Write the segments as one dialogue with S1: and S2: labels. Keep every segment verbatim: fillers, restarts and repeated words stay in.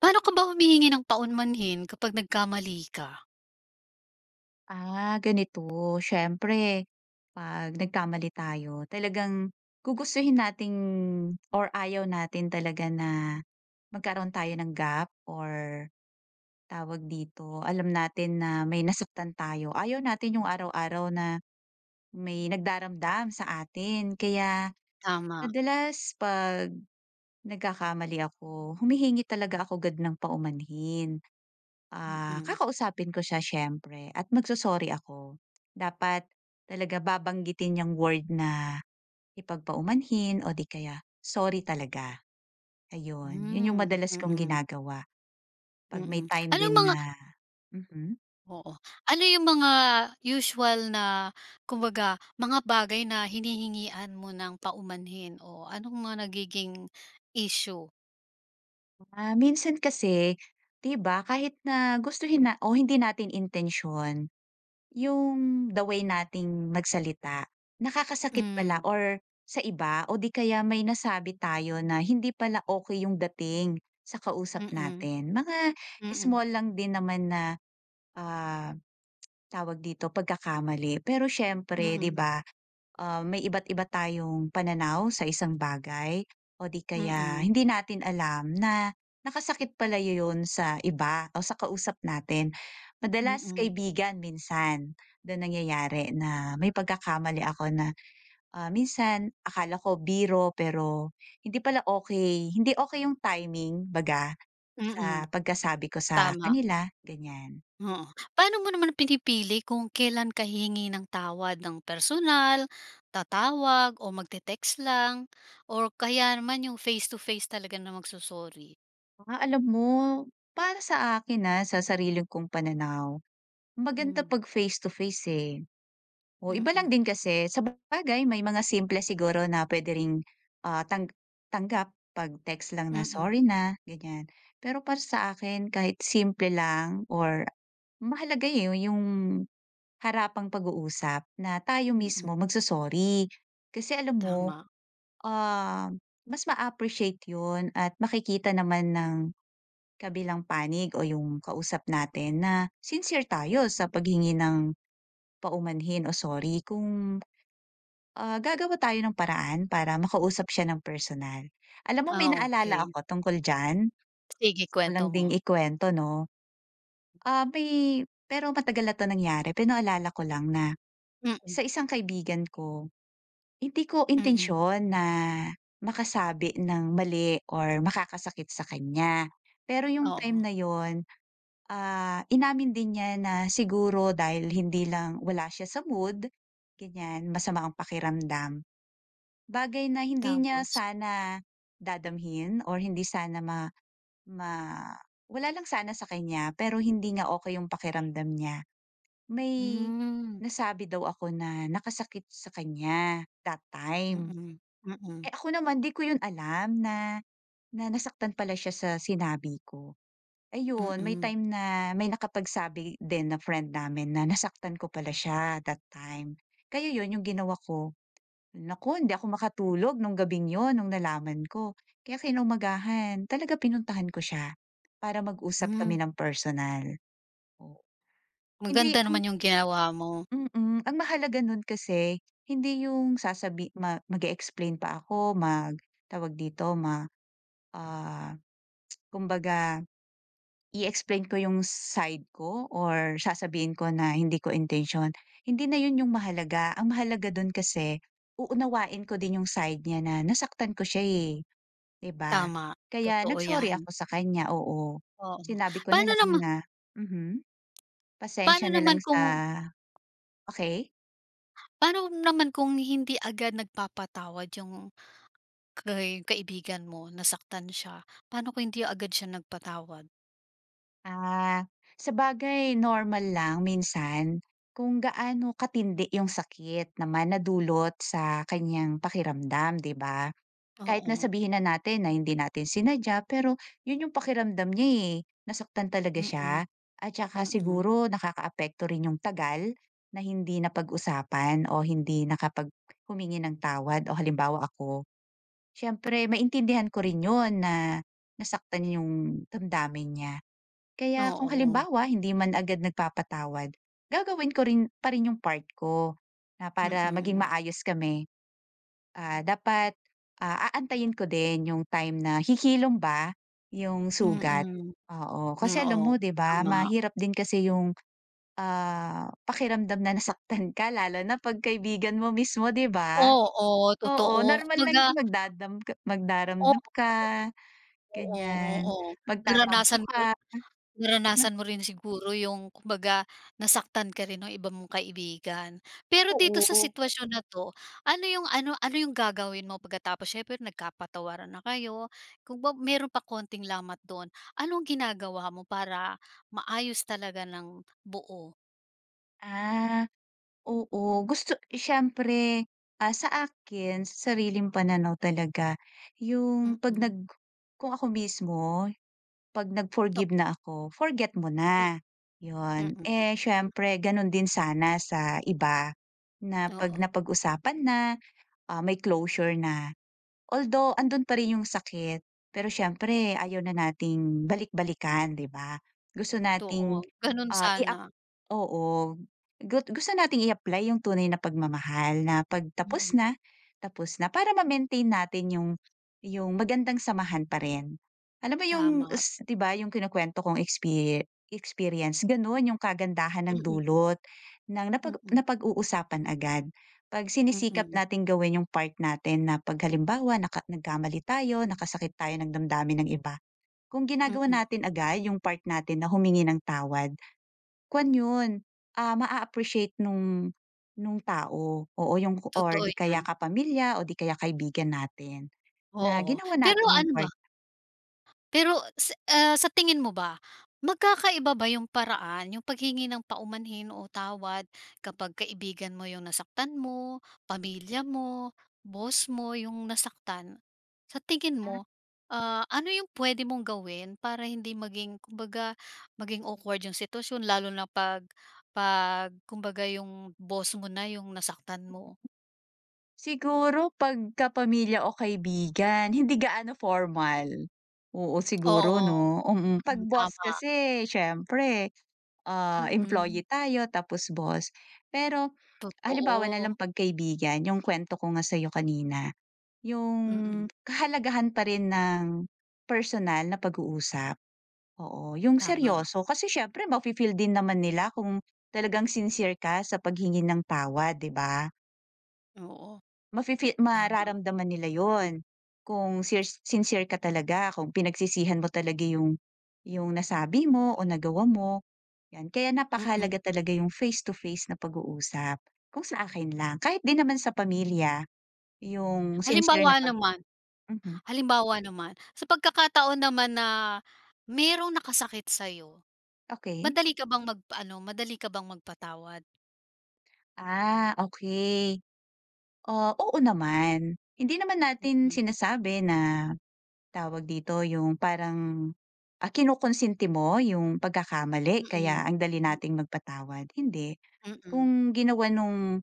S1: Paano ka ba humihingi ng paumanhin kapag nagkamali ka?
S2: Ah, ganito. Siyempre, 'pag nagkamali tayo, talagang gugustuhin nating or ayaw natin talaga na magkaroon tayo ng gap or tawag dito, alam natin na may nasaktan tayo. Ayaw natin yung araw-araw na may nagdaramdam sa atin. Kaya
S1: Tama.
S2: madalas 'pag nagkakamali ako, humihingi talaga ako agad ng paumanhin. Ah,
S1: Mm.
S2: kakausapin ko siya siyempre at magso-sorry ako. Dapat talaga babanggitin yung word na ipagpaumanhin o di kaya sorry talaga, ayun. Yun yung
S1: Hmm,
S2: madalas kong
S1: mm,
S2: ginagawa 'pag may
S1: mm.
S2: time
S1: Anong
S2: din
S1: mga
S2: na. Mhm.
S1: Oo, ano yung mga usual na kumbaga mga bagay na hinihingian mo ng paumanhin o anong mga nagiging issue?
S2: Ah, minsan kasi, 'di ba, kahit na gustuhin na o hindi natin intensyon. Yung the way nating magsalita, nakakasakit pala
S1: Hmm,
S2: or sa iba o di kaya may nasabi tayo na hindi pala okay yung dating sa kausap
S1: mm, mm,
S2: natin. Mga
S1: mm,
S2: small lang din naman na, ah, tawag dito, pagkakamali. Pero siyempre, 'di ba, ah, may iba't iba tayong pananaw sa isang bagay o di kaya
S1: mm,
S2: hindi natin alam na nakasakit pala yun sa iba o sa kausap natin. Madalas
S1: mm,
S2: kaibigan minsan doon nangyayari na may pagkakamali ako na, ah, minsan akala ko biro pero hindi pala okay hindi okay yung timing baga
S1: mm, mm,
S2: sa pagkasabi ko sa
S1: tama.
S2: kanila, ganyan.
S1: Oo. Paano mo naman pinipili kung kailan ka hihingi ng tawad ng personal, tatawag o magte-text lang or kaya naman yung face to face talaga na magso-sorry?
S2: Ah, alam mo para sa akin, na sa sarili kong pananaw. Maganda
S1: Hmm,
S2: 'pag face to face, eh. O iba lang
S1: mm.
S2: din kasi sabagay may mga simple siguro na puwede ring, ah, tang tanggap 'pag text lang na,
S1: Mm,
S2: "Sorry na," ganyan. Pero para sa akin kahit simple lang or mahalaga, eh, yung harapang pag-uusap na tayo mismo
S1: mm.
S2: magso-sorry. Kasi alam mo,
S1: Tama.
S2: ah, mas ma appreciate yun at makikita naman ng kabilang panig o yung kausap natin na sincere tayo sa paghingi ng paumanhin o sorry kung, ah, gagawa tayo ng paraan para makausap siya ng personal. Alam mo may
S1: Ah,
S2: naalala
S1: okey.
S2: ako tungkol diyan,
S1: Sige,
S2: gusto ko
S1: kuwento
S2: lang
S1: mo.
S2: ding ikuwento 'no. Ah, may pero matagal na 'to nangyari pero naalala ko lang na
S1: Mm,
S2: sa isang kaibigan ko, hindi ko
S1: mm.
S2: intensyon na makasabi ng mali or makakasakit sa kanya. Pero yung time
S1: Oo,
S2: na yon, ah, inamin din niya na siguro dahil hindi lang wala siya sa mood, ganyan, masama ang pakiramdam. Bagay na hindi niya
S1: tapos?
S2: sana dadamhin or hindi sana ma ma wala lang sana sa kanya pero hindi nga okay yung pakiramdam niya. May
S1: Hmm,
S2: nasabi daw ako na nakasakit sa kanya that time.
S1: mm, mm,
S2: Eh, ako naman 'di ko yun alam na na nasaktan pala siya sa sinabi ko. Ayun, may
S1: mm.
S2: time na may nakapagsabi din na friend namin na nasaktan ko pala siya that time. Kaya yun yung ginawa ko. Naku, hindi ako makatulog nung gabing yun, nung nalaman ko. Kaya kinaumagahan talaga pinuntahan ko siya para mag-usap
S1: Hmm,
S2: kami ng personal. Oh. Hindi,
S1: maganda
S2: ang
S1: naman yung ginawa mo.
S2: mm, ang mahalaga nun kasi hindi yung sasabi ma mag explain pa ako, mag tawag dito, ma ah, kumbaga i-explain ko yung side ko or sasabihin ko na hindi ko intention. Hindi na yun yung mahalaga, ang mahalaga dun kasi uunawain ko din yung side niya na nasaktan ko siya, eh. 'Di ba?
S1: Tama,
S2: Kaya
S1: totoo
S2: nag-sorry
S1: yan.
S2: ako sa kanya, oo.
S1: Oo.
S2: Sinabi ko na
S1: Paano
S2: lang
S1: nama
S2: na. Mhm. Pasensya
S1: paano
S2: na lang
S1: naman kung
S2: sa. Okey.
S1: Paano naman kung hindi agad nagpapatawad yung kay kaibigan mo, nasaktan siya? Paano kung hindi agad siya nagpatawad?
S2: ah, Sabagay normal lang minsan kung gaano katindi yung sakit naman na dulot sa kanyang pakiramdam, 'di ba? Kahit na
S1: Oo,
S2: sabihin na natin na hindi natin sinadya, pero yun yung pakiramdam niya, eh, nasaktan talaga
S1: mm,
S2: siya at saka
S1: mm.
S2: siguro nakakaapekto rin yung tagal na hindi napag-usapan o hindi nakapag humingi ng tawad o halimbawa ako, siyempre maintindihan ko rin yun na nasaktan yung damdamin niya. Kaya kung
S1: Oo,
S2: halimbawa hindi man agad nagpapatawad, gagawin ko rin pa rin yung part ko na
S1: mm,
S2: para maging
S1: mm.
S2: maayos kami. Ah, dapat, ah, aantayin ko din yung time na kikilom ba yung sugat, oo.
S1: Hmm,
S2: Kasi alam
S1: oo,
S2: mo 'di ba
S1: tama.
S2: mahirap din kasi yung, ah, pakiramdam na nasaktan ka lalo na 'pag kaibigan mo mismo 'di ba?
S1: Oo,
S2: Oo,
S1: totoo.
S2: normal lang
S1: Kumbaga,
S2: yung magdadam ka- magdaramdam
S1: oo,
S2: ka,
S1: oo,
S2: ganyan,
S1: oo.
S2: magtatampo
S1: naranasan
S2: ka.
S1: mo Naranasan mo rin siguro yung kumbaga nasaktan ka rin ng iba mong kaibigan. Pero dito sa
S2: Oo.
S1: sitwasyon na 'to, ano yung ano ano yung gagawin mo pagkatapos siyempre nagkapatawaran na kayo, kung ba meron pa konting lamat do'n, anong ginagawa mo para maayos talaga ng buo?
S2: Ah. Oo, gusto siyempre, ah, sa akin, sa sariling pananaw talaga, yung 'pag
S1: Mm.
S2: nag kung ako mismo, 'pag
S1: Op
S2: nag-forgive na ako, forget mo
S1: m
S2: na,
S1: Mm.
S2: yun. Eh,
S1: M
S2: siyempre ganun din sana sa iba, na 'pag
S1: Oo,
S2: napag-usapan na, ah, may closure na. Although andun pa rin yung sakit, pero siyempre ayaw na nating balik-balikan, 'di ba? Gusto
S1: totoo.
S2: nating,
S1: Gano'n
S2: ah, i-ap
S1: sana.
S2: oo, gut gusto nating i-apply yung tunay na pagmamahal na 'pag tapos
S1: Mm,
S2: na, tapos na para ma-maintain natin yung yung magandang samahan pa rin. Alam mo yung
S1: tama.
S2: s 'di ba yung kinukuwento kong expe experience, gano'n yung kagandahan ng
S1: Mm, mm,
S2: dulot ng
S1: mm,
S2: napag
S1: mm,
S2: napag-uusapan agad. 'Pag sinisikap
S1: mm,
S2: nating gawin yung part natin na 'pag halimbawa naka nagkamali tayo, nakasakit tayo ng damdamin ng iba, kung
S1: mm,
S2: ginagawa
S1: mm.
S2: natin agad yung part natin na humingi ng tawad, kuwan yun, ah, ma appreciate nung nung tao, oo, yung or
S1: Totoo
S2: 'di
S1: 'yan.
S2: kaya kapamilya o 'di kaya kaibigan natin na
S1: Oo.
S2: ginawa
S1: Pero
S2: natin yung
S1: ano ba
S2: part.
S1: Pero sa ah, sa tingin mo ba, magkakaiba ba yung paraan, yung paghingi ng paumanhin o tawad kapag kaibigan mo yung nasaktan mo, pamilya mo, boss mo yung nasaktan? Sa tingin
S2: Ah,
S1: mo, ah, ano yung pwede mong gawin para hindi maging kumbaga, maging awkward yung sitwasyon lalo na 'pag 'pag kumbaga yung boss mo na yung nasaktan mo?
S2: siguro 'pag kapamilya o kaibigan, hindi gaano formal. Oo, siguro
S1: Oo,
S2: 'no? Um 'pag
S1: hmm,
S2: boss
S1: tama.
S2: kasi siyempre, ah,
S1: Mm,
S2: employee tayo tapos boss. Pero halimbawa na lang
S1: totoo.
S2: pagkaibigan, yung kwento ko nga sa'yo kanina, yung
S1: Mm,
S2: kahalagahan pa rin ng personal na pag-uusap, oo, yung
S1: tama,
S2: seryoso. Kasi siyempre mafi-feel din naman nila kung talagang sincere ka sa paghingi ng tawad, 'di ba?
S1: oo.
S2: Mafi-fee
S1: Tama,
S2: mararamdaman nila yon kung sirs sincere ka talaga, kung pinagsisihan mo talaga yung yung nasabi mo o nagawa mo, 'yan. Kaya
S1: mm.
S2: napakahalaga talaga yung face to face na pag-uusap, kung sa akin lang. Kahit din naman sa pamilya, yung sincere
S1: Halimbawa
S2: na pag.
S1: naman
S2: Mhm.
S1: halimbawa naman, sa pagkakataon naman na merong nakasakit sa'yo,
S2: Okey.
S1: madali ka bang mag-ano, madali ka bang magpatawad?
S2: Ah, okay. Ah, oo naman. Hindi naman natin
S1: Mm,
S2: sinasabi na tawag dito, yung parang, ah, kinukonsinti mo yung pagkakamali
S1: mm.
S2: kaya ang dali nating magpatawad, hindi.
S1: Mm,
S2: Kung ginawa nung,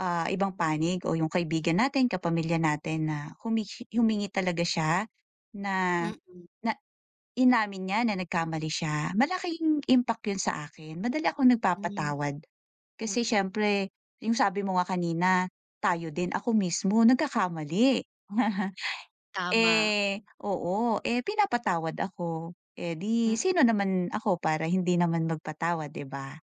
S2: ah, ibang panig o yung kaibigan natin, kapamilya natin na humi humingi talaga siya na
S1: mm,
S2: na inamin niya na nagkamali siya, malaking impact yun sa akin. Madali akong
S1: hmm,
S2: nagpapatawad
S1: mm,
S2: kasi siyempre yung sabi mo nga kanina, tayo din, ako mismo nagkakamali.
S1: tama,
S2: Eh, oo, eh, pinapatawad ako. Eh, 'di
S1: hmm.
S2: sino naman ako para hindi naman magpatawad, 'di ba?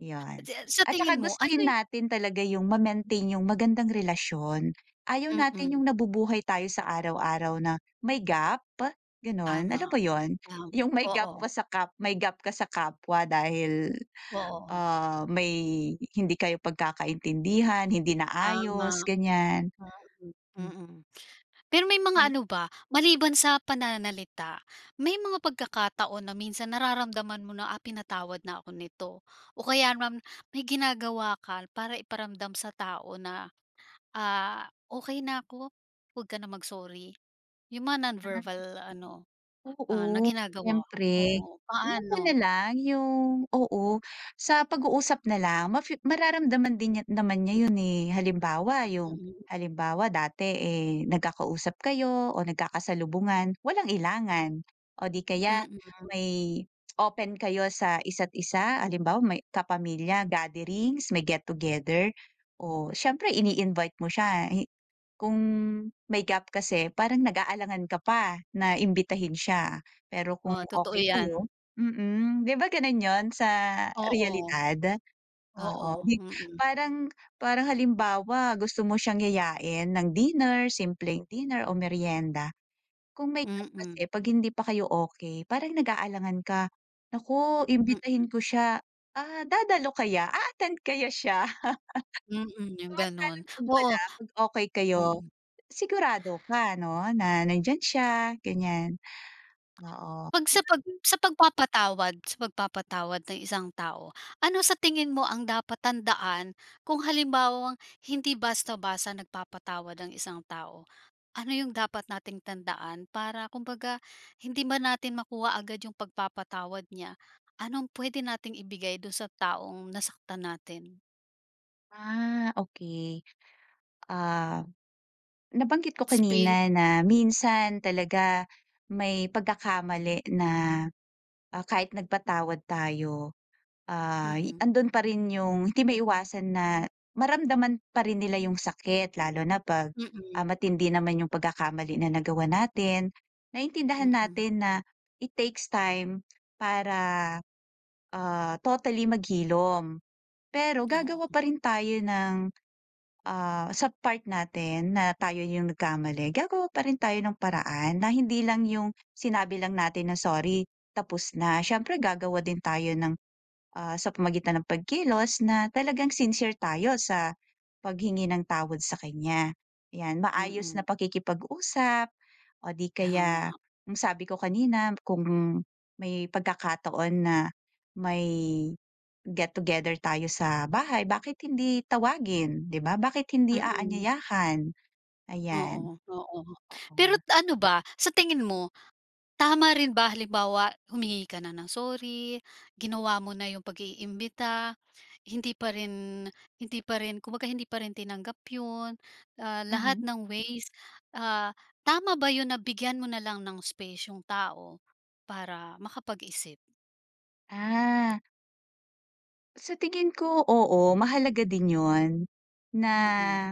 S2: 'Yon.
S1: Sa
S2: At saka
S1: tingin mo, ano
S2: gustuhin
S1: yu
S2: natin talaga yung ma-maintain yung magandang relasyon. Ayaw natin
S1: mm,
S2: yung nabubuhay tayo sa araw-araw na may gap, gano'n.
S1: tama,
S2: Alam mo 'yon?
S1: tama,
S2: Yung may gap
S1: oo,
S2: pa sa kap May gap ka sa kapwa dahil,
S1: oo,
S2: ah, may hindi kayo pagkakaintindihan, hindi
S1: tama,
S2: naayos, ganyan.
S1: mm,
S2: Hmm.
S1: mm. Pero may mga ano ba, maliban sa pananalita, may mga pagkakataon na minsan nararamdaman mo na, "Ah, pinatawad na ako nito." O kaya naman may ginagawa ka para iparamdam sa tao na, ah, okay na ako, 'wag ka na mag-sorry." Yung mga non-verbal ano, ah, na
S2: Oo,
S1: ginagawa,
S2: siyempre.
S1: oo.
S2: Yung ano na
S1: Paano?
S2: lang, yung oo, sa pag-uusap na lang mafi mararamdaman din niya naman niya yun, eh. Halimbawa yung
S1: Mm,
S2: halimbawa dati, eh, nagkakausap kayo o nagkakasalubungan, walang ilangan. O di kaya
S1: mm.
S2: may open kayo sa isa't isa, halimbawa may kapamilya, gatherings, may get together, o siyempre ini-invite mo siya, kung may gap kasi parang nag-aalangan ka pa na imbitahin siya, pero kung
S1: Oo, totoo
S2: okey
S1: 'yan.
S2: kayo, mm, 'di ba gano'n 'yun sa
S1: Oo,
S2: realidad?
S1: oo,
S2: Oo, 'di
S1: mm,
S2: parang parang halimbawa gusto mo siyang yayain ng dinner, simpleng dinner o meryenda, kung may gap
S1: mm,
S2: kasi 'pag hindi pa kayo okey parang nag-aalangan ka, "Naku
S1: mm,
S2: imbitahin ko siya, ah, dadalo kaya? A-attend kaya siya?"
S1: mm, yung gano'n.
S2: Samantalang 'pag
S1: Oo,
S2: wala, 'pag okey kayo,
S1: mm.
S2: sigurado ka 'no, na nandiyan siya, ganyan, oo.
S1: 'Pag sa pag sa pagpapatawad sa pagpapatawad ng isang tao, ano sa tingin mo ang dapat tandaan kung halimbawang hindi basta-basta nagpapatawad ang isang tao? Ano yung dapat nating tandaan para kumbaga hindi man natin makuha agad yung pagpapatawad niya, anong pwede nating ibigay dun sa taong nasaktan natin?
S2: Ah, okey. Ah, nabanggit ko
S1: Spa
S2: kanina na minsan talaga may pagkakamali na, ah, kahit nagpatawad tayo, Ah, y-
S1: mm,
S2: andun pa rin yung hindi maiwasan na maramdaman pa rin nila yung sakit lalo na 'pag,
S1: mm,
S2: ah, matindi naman yung pagkakamali na nagawa natin. Naintindihan
S1: mm,
S2: natin na it takes time para, ah, totally maghilom. Pero
S1: oo,
S2: gagawa pa rin tayo ng, ah, sa part natin na tayo yung nagkamali, gagawa pa rin tayo ng paraan na hindi lang yung sinabi lang natin na, "Sorry, tapos na." Siyempre gagawa din tayo ng ah, sa pamamagitan ng pagkilos na talagang sincere tayo sa paghingi ng tawad sa kanya. Ayan, maayos na
S1: mm,
S2: pakikipag-usap o di
S1: tama,
S2: kaya yung sabi ko kanina kung may pagkakataon na may get together tayo sa bahay, bakit hindi tawagin, 'di ba? Bakit hindi
S1: mm,
S2: aanyayahan? Ayan,
S1: oo, oo.
S2: oo.
S1: Pero t- ano ba, sa tingin mo, tama rin ba halimbawa humingi ka na ng sorry, ginawa mo na yung pag-iimbita, hindi pa rin hindi pa rin kumbaga hindi pa rin tinanggap yun, ah, lahat
S2: Mhm.
S1: ng ways, ah, tama ba yun na bigyan mo na lang ng space yung tao para makapag-isip?
S2: Ah, sa tingin ko oo, mahalaga din yon. na
S1: Mm,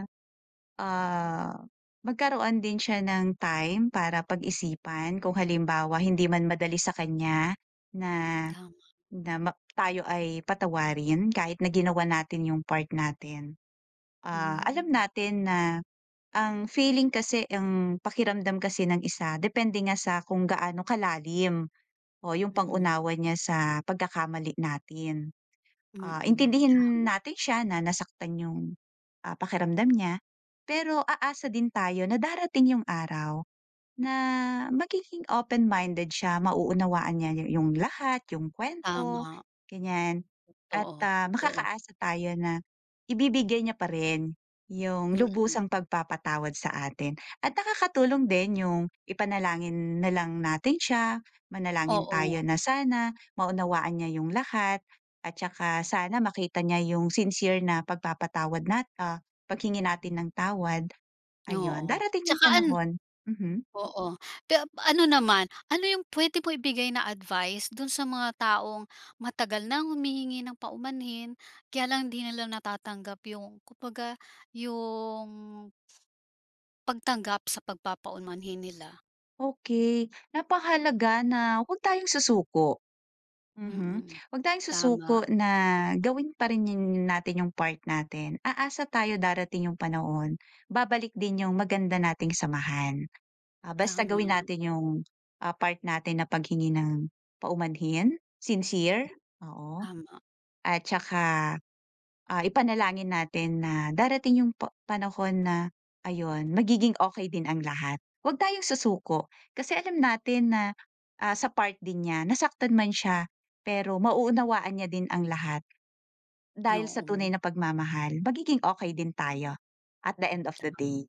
S2: Ah, Magkaroon din siya ng time para pag-isipan kung halimbawa hindi man madali sa kanya na
S1: tama.
S2: na ma tayo ay patawarin kahit na ginawa natin yung part natin. Ah, alam
S1: Hmm,
S2: natin na ang feeling kasi ang pakiramdam kasi ng isa depende nga sa kung gaano kalalim o yung
S1: mm,
S2: pangunawa unawa niya sa pagkakamali natin, ah,
S1: mm. Ta
S2: intindihin natin siya na nasaktan yung, ah, pakiramdam niya, pero aasa din tayo na darating yung araw na magiging open-minded siya, mauunawaan niya yu yung lahat, yung kwento
S1: tama,
S2: ganyan. At,
S1: totoo,
S2: ah,
S1: totoo,
S2: makakaasa tayo na ibibigay niya pa rin yung
S1: mm,
S2: lubusang pagpapatawad sa atin. At nakakatulong din yung ipanalangin na lang natin siya, manalangin
S1: oo.
S2: tayo na sana maunawaan niya yung lahat at saka sana makita niya yung sincere na pagpapatawad nat ah, paghingi natin ng tawad, ayun.
S1: Oo,
S2: Darating yung
S1: tsaka an
S2: panahon. Mhm.
S1: oo, pero ano naman, ano yung puwede mo ibigay na advice dun sa mga taong matagal nang humihingi ng paumanhin, kaya lang hindi nila natatanggap yung kumbaga yung pagtanggap sa pagpapaumanhin nila?
S2: Okay, napakahalaga na huwag tayong susuko. Mhm.
S1: Mm,
S2: Huwag tayong
S1: tama,
S2: susuko na gawin pa rin yun natin yung part natin. Aasa tayo darating yung panahon, babalik din yung maganda nating samahan. Ah, basta
S1: tama,
S2: gawin natin yung, ah, part natin na paghingi ng paumanhin, sincere, oo,
S1: tama,
S2: at tsaka ah, ipanalangin natin na darating yung pa panahon na ayun, magiging okay din ang lahat. Huwag tayong susuko kasi alam natin na, ah, sa part din niya nasaktan man siya, pero mauunawaan niya din ang lahat dahil sa
S1: oo.
S2: tunay na pagmamahal magiging okay din tayo at the end of the day,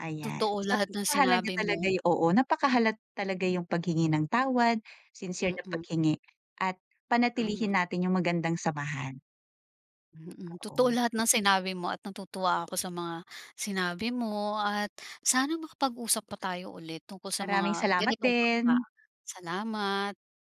S2: ayan.
S1: Totoo
S2: So,
S1: lahat ng
S2: napakahalaga
S1: sinabi mo,
S2: talaga yung oo, napakahalat talaga yung paghingi ng tawad, sincere na
S1: mm,
S2: paghingi at
S1: tama.
S2: panatilihin natin yung magandang samahan,
S1: Mm,
S2: oo.
S1: totoo lahat ng sinabi mo at natutuwa ako sa mga sinabi mo, at sana makapag-usap pa tayo ulit tungkol sa
S2: Maraming
S1: mga
S2: salamat
S1: ganitong paksa.
S2: din.
S1: Salamat.